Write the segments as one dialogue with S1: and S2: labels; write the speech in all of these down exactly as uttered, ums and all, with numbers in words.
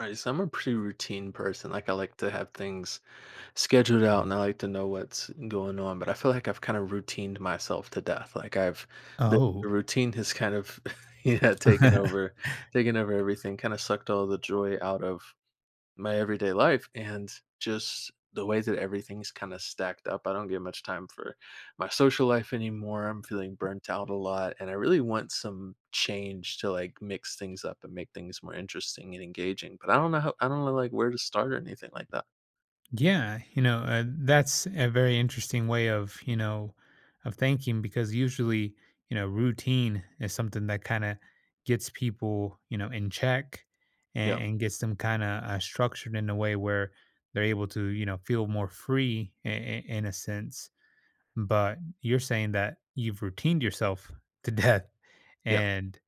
S1: Right, so I'm a pretty routine person. Like, I like to have things scheduled out and I like to know what's going on, but I feel like I've kind of routined myself to death. Like I've the,
S2: Oh,
S1: the routine has kind of yeah, taken over taken over everything, kind of sucked all the joy out of my everyday life and just the way that everything's kind of stacked up. I don't get much time for my social life anymore. I'm feeling burnt out a lot and I really want some change to, like, mix things up and make things more interesting and engaging. But I don't know how. I don't know, like, where to start or anything like that.
S2: yeah. You know, uh, that's a very interesting way of, you know, of thinking because usually, you know, routine is something that kind of gets people, you know, in check, and,
S1: Yeah.
S2: and gets them kind of uh, structured in a way where they're able to, you know, feel more free in, in a sense. But you're saying that you've routined yourself to death,
S1: Yeah.
S2: and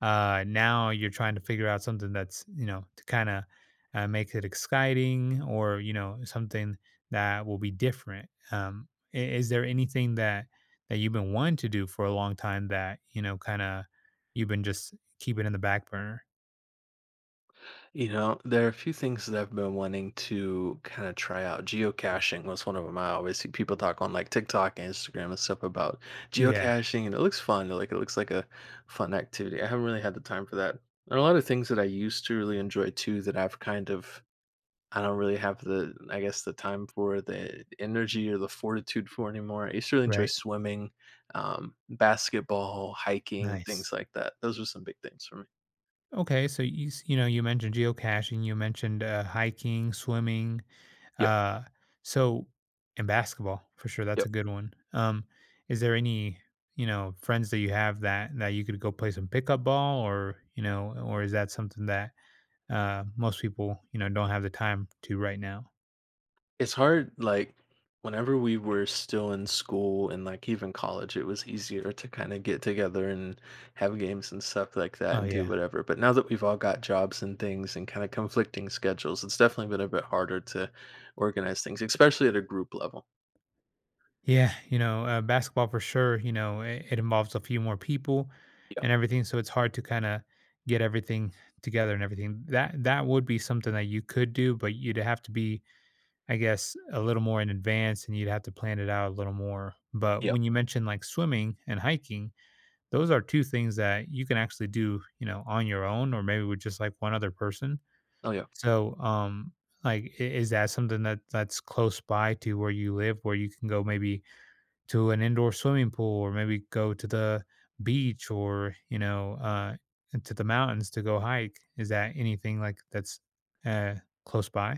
S2: uh now you're trying to figure out something that's you know to kind of uh, make it exciting, or you know something that will be different. Um i- is there anything that that you've been wanting to do for a long time that you know kind of you've been just keeping in the back burner?
S1: You know, there are a few things that I've been wanting to kind of try out. Geocaching was one of them. I always see people talk on like TikTok and Instagram and stuff about
S2: Yeah.
S1: geocaching, and it looks fun. Like, it looks like a fun activity. I haven't really had the time for that. There are a lot of things that I used to really enjoy too that I've kind of I don't really have the, I guess, the time for the energy or the fortitude for anymore. I used to really enjoy
S2: Right.
S1: swimming, um, basketball, hiking, things
S2: Nice.
S1: like that. Those were some big things for me.
S2: Okay, so you s- you know you mentioned geocaching, you mentioned uh, hiking, swimming,
S1: Yep.
S2: uh, so, and basketball for sure. That's a
S1: Yep.
S2: good one. Um, is there any you know friends that you have that that you could go play some pickup ball, or you know or is that something that uh, most people you know don't have the time to right now?
S1: It's hard, like, whenever we were still in school and, like, even college, it was easier to kinda get together and have games and stuff like that
S2: Oh
S1: and do
S2: yeah.
S1: whatever, but now that we've all got jobs and things and kinda conflicting schedules, it's definitely been a bit harder to organize things, especially at a group level.
S2: Yeah, you know, uh, basketball for sure. You know, it, it involves a few more people
S1: Yeah.
S2: and everything, so it's hard to kind of get everything together and everything. That that would be something that you could do, but you'd have to be, I guess, a little more in advance, and you'd have to plan it out a little more. But
S1: Yeah.
S2: when you mentioned like swimming and hiking, those are two things that you can actually do, you know, on your own, or maybe with just like one other person.
S1: Oh, yeah.
S2: So, um, like, i- is that something that that's close by to where you live, where you can go, maybe? To an indoor swimming pool, or maybe go to the beach, or you know uh to the mountains to go hike? Is that anything like that's uh close by?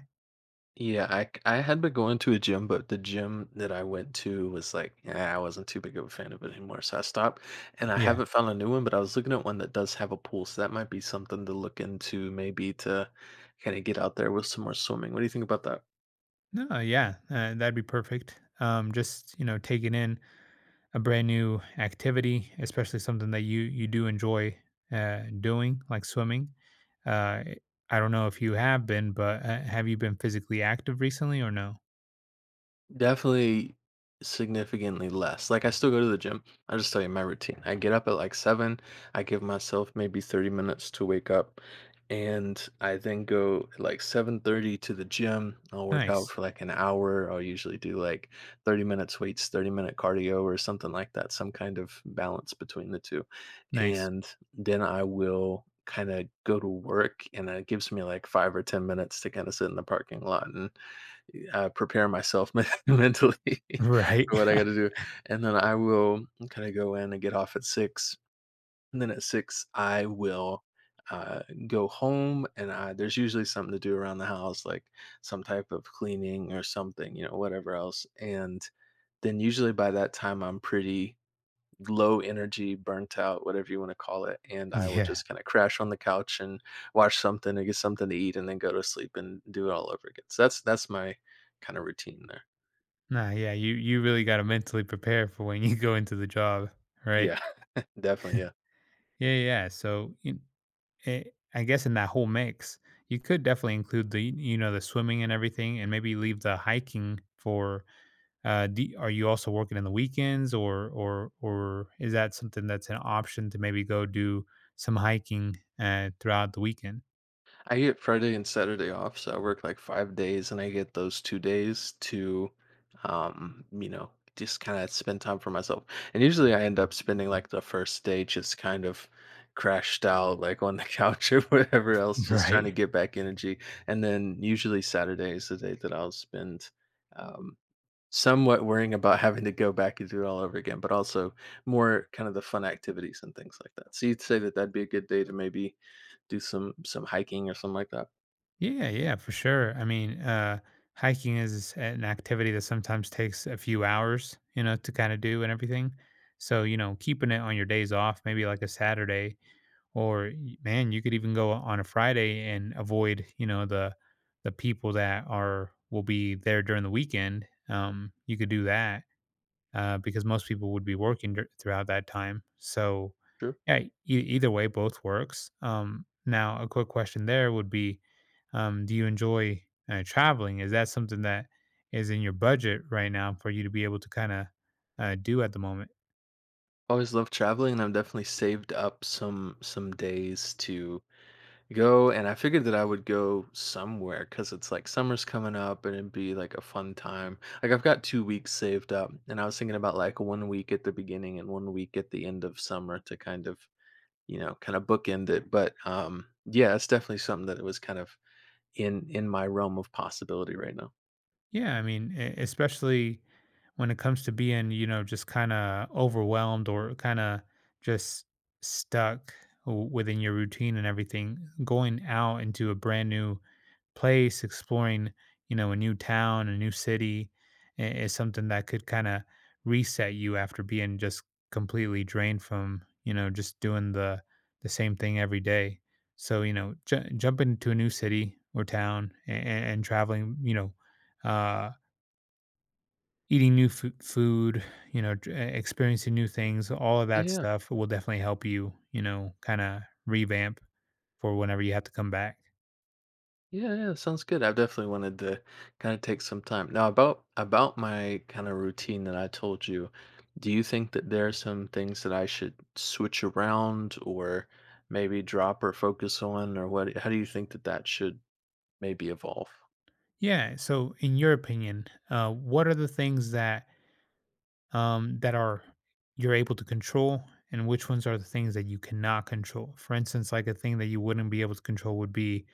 S1: Yeah, I c- I had been going to a gym, but the gym that I went to was like, yeah, I wasn't too big of a fan of it anymore, so I stopped. And I Mm.
S2: Yeah,
S1: haven't found a new one, but I was looking at one that does have a pool, so that might be something to look into, maybe to kind of get out there with some more swimming. What do you think about that?
S2: no, yeah, uh, that'd be perfect. Um just you know taking in a brand new activity, especially something that you you do enjoy uh doing, like swimming. uh I don't know if you have been, but uh, have you been physically active recently, or no?
S1: Definitely significantly less. Like, I still go to the gym. I'll just tell you my routine. I get up at like seven. I give myself maybe thirty minutes to wake up. And I then go at like seven thirty to the gym. I'll work out
S2: Nice.
S1: for like an hour. I'll usually do like thirty minutes weights, thirty minute cardio or something like that, some kind of balance between the two.
S2: Nice.
S1: And then I will kind of go to work and it gives me like five or ten minutes to kind of sit in the parking lot and uh, prepare myself men- mentally
S2: Right.
S1: for what I got to do, and then I will kind of go in and get off at six. And then at six, I will uh, go home, and I, there's usually something to do around the house, like some type of cleaning or something, you know, whatever else. And then usually by that time, I'm pretty low energy, burnt out, whatever you want to call it, and I will
S2: Yeah.
S1: just kinda crash on the couch and watch something or get something to eat and then go to sleep and do it all over again. So that's that's my kinda routine there.
S2: Nah, yeah, you you really got to mentally prepare for when you go into the job,
S1: Yeah,
S2: right?
S1: definitely, yeah.
S2: Yeah, yeah, yeah. So you, eh, I guess in that whole mix, you could definitely include the you know the swimming and everything, and maybe leave the hiking for. Uh, do, are you also working in the weekends, or or or is that something that's an option to maybe go do some hiking uh, throughout the weekend?
S1: I get Friday and Saturday off, so I work like five days, and I get those two days to, um, you know, just kind of spend time for myself. And usually, I end up spending like the first day just kind of crashed out, like on the couch or whatever else, just trying to
S2: Right.
S1: get back energy. And then usually Saturday is the day that I'll spend, um, somewhat worrying about having to go back and do it all over again, but also more kind of the fun activities and things like that. So you'd say that that'd be a good day to maybe do some some hiking or something like that?
S2: Yeah, yeah, for sure. I mean, uh, hiking is an activity that sometimes takes a few hours, you know, to kind of do and everything. So, you know, keeping it on your days off, maybe like a Saturday, or y- man, you could even go on a Friday and avoid, you know, the the people that are will be there during the weekend. Um, you could do that uh, because most people would be working dur- throughout that time. So,
S1: True.
S2: yeah, e- either way, both works. Um, now, a quick question there would be, um, do you enjoy uh, traveling? Is that something that is in your budget right now for you to be able to kind of uh, do at the moment?
S1: Always love traveling, and I've definitely saved up some some days to go. And I figured that I would go somewhere because it's like summer's coming up, and it'd be like a fun time. Like, I've got two weeks saved up, and I was thinking about like one week at the beginning and one week at the end of summer to kind of, you know, kind of bookend it. But um, yeah, it's definitely something that was kind of in in my realm of possibility right now.
S2: Yeah, I mean, e- especially when it comes to being, you know, just kind of overwhelmed, or kind of just stuck w- within your routine and everything, going out into a brand new place, exploring, you know, a new town, a new city, i- is something that could kind of reset you after being just completely drained from, you know, just doing the the same thing every day. So, you know, ju- jumping to a new city or town, and, and traveling, you know, uh eating new fo- food, you know, tr- e-, experiencing new things, all of that
S1: Yeah,
S2: stuff will definitely help you, you know, kind of revamp for whenever you have to come back.
S1: yeah, yeah. Sounds good. I've definitely wanted to kind of take some time now about about my kind of routine that I told you. Do you think that there are some things that I should switch around or maybe drop or focus on, or what? How do you think that that should maybe evolve?
S2: Yeah. So, in your opinion, uh, what are the things that um, that are you're able to control, and which ones are the things that you cannot control? For instance, like a thing that you wouldn't be able to control would be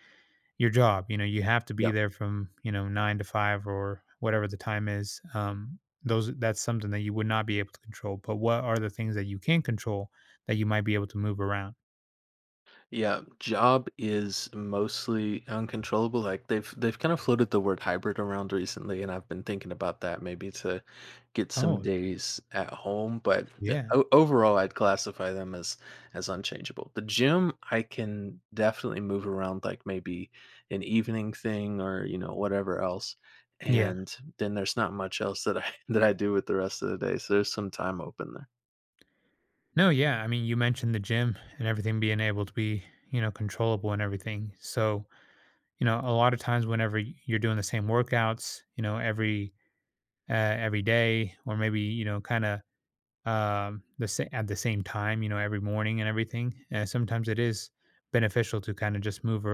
S2: your job. You know, you have to be
S1: Yeah.
S2: there from you know nine to five, or whatever the time is. Um, those that's something that you would not be able to control. But what are the things that you can control that you might be able to move around?
S1: Yeah, job is mostly uncontrollable. Like they've they've kind of floated the word hybrid around recently, and I've been thinking about that maybe to get some
S2: Oh,
S1: days at home. But yeah,
S2: yeah,
S1: o- overall, I'd classify them as as unchangeable. The gym, I can definitely move around, like maybe an evening thing or, you know, whatever else.
S2: yeah.
S1: And then there's not much else that I that I do with the rest of the day. So there's some time open there.
S2: No, yeah. I mean, you mentioned the gym and everything being able to be, you know, controllable and everything. So, you know, a lot of times whenever y- you're doing the same workouts, you know, every uh, every day, or maybe you know, kind of um, the sa- at the same time, you know, every morning and everything. Uh, sometimes it is beneficial to kind of just move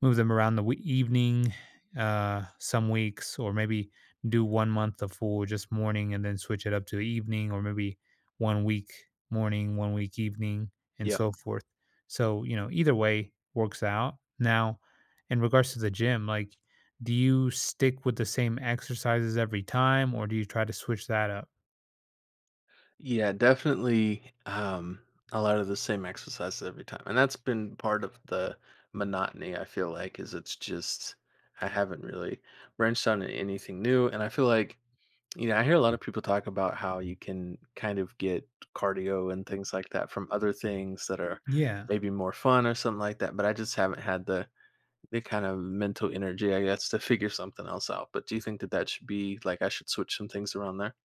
S2: move them around the wee- evening uh some weeks, or maybe do one month of full just morning and then switch it up to evening, or maybe one week morning, one week evening, and
S1: Yeah.
S2: so forth. So you know either way works out. Now, in regards to the gym, like, do you stick with the same exercises every time, or do you try to switch that up?
S1: Yeah, definitely, um, a lot of the same exercises every time, and that's been part of the monotony, I feel like, is it's just I haven't really branched on anything new, and I feel like, you know, I hear a lot of people talk about how you can kind of get cardio and things like that from other things that are
S2: Yeah,
S1: maybe more fun or something like that, but I just haven't had the the kind of mental energy, I guess, to figure something else out. But do you think that that should be like, I should switch some things around there?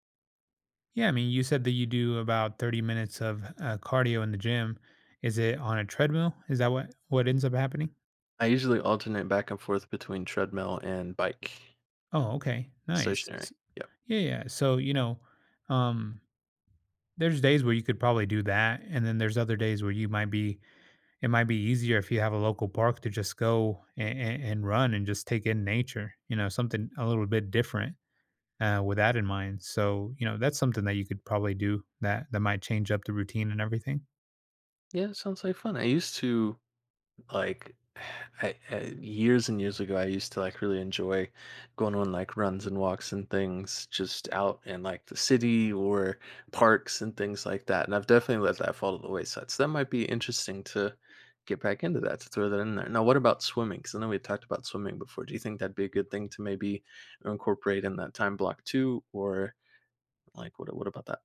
S2: yeah. I mean, you said that you do about thirty minutes of uh, cardio in the gym. Is it on a treadmill? Is that what what ends up happening?
S1: I usually alternate back and forth between treadmill and bike,
S2: Oh, okay. Nice.
S1: stationary.
S2: S
S1: Yep.
S2: Yeah, yeah. So, you know, um, there's days where you could probably do that, and then there's other days where you might be it might be easier if you have a local park to just go a and run and just take in nature, you know, something a little bit different, uh, with that in mind. So, you know, that's something that you could probably do that that might change up the routine and everything.
S1: Yeah, it sounds like fun. I used to like I, I, years and years ago, I used to like really enjoy going on like runs and walks and things just out in like the city or parks and things like that. And I've definitely let that fall to the wayside. So that might be interesting to get back into that, to throw that in there. Now, what about swimming? Because I know we talked about swimming before. Do you think that'd be a good thing to maybe incorporate in that time block too? Or like, what what about that?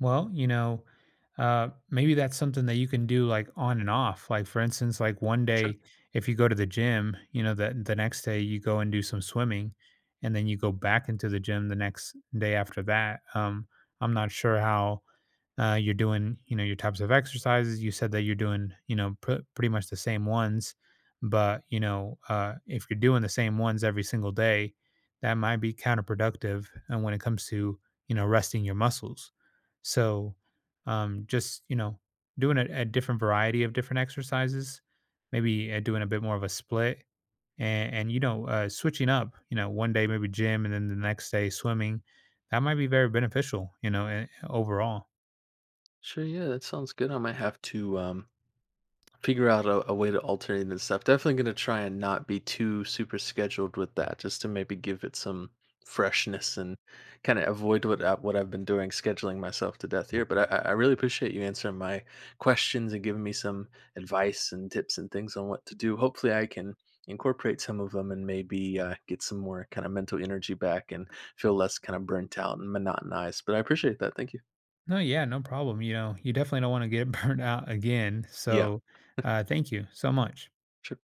S2: Well, you know, uh, maybe that's something that you can do like on and off. Like, for instance, like one
S1: Sure.
S2: day, if you go to the gym, you know, the the next day you go and do some swimming, and then you go back into the gym the next day after that. Um, I'm not sure how, uh, you're doing you know your types of exercises. You said that you're doing you know pr- pretty much the same ones, but you know uh, if you're doing the same ones every single day, that might be counterproductive. And when it comes to you know resting your muscles, so um, just you know doing a, a different variety of different exercises. Maybe uh, doing a bit more of a split, and, and you know uh, switching up, you know one day maybe gym, and then the next day swimming. That might be very beneficial, you know eh, overall.
S1: Sure, yeah, that sounds good. I might have to um, figure out a, a way to alternate and stuff. Definitely going to try and not be too super scheduled with that, just to maybe give it some freshness and kind of avoid what I, what I've been doing, scheduling myself to death here. But I, I I really appreciate you answering my questions and giving me some advice and tips and things on what to do. Hopefully, I can incorporate some of them and maybe uh, get some more kind of mental energy back and feel less kind of burnt out and monotonized. But I appreciate that. Thank you.
S2: No, yeah, no problem. You know, you definitely don't want to get burnt out again.
S1: Yeah,
S2: So, uh, thank you so much.
S1: sure.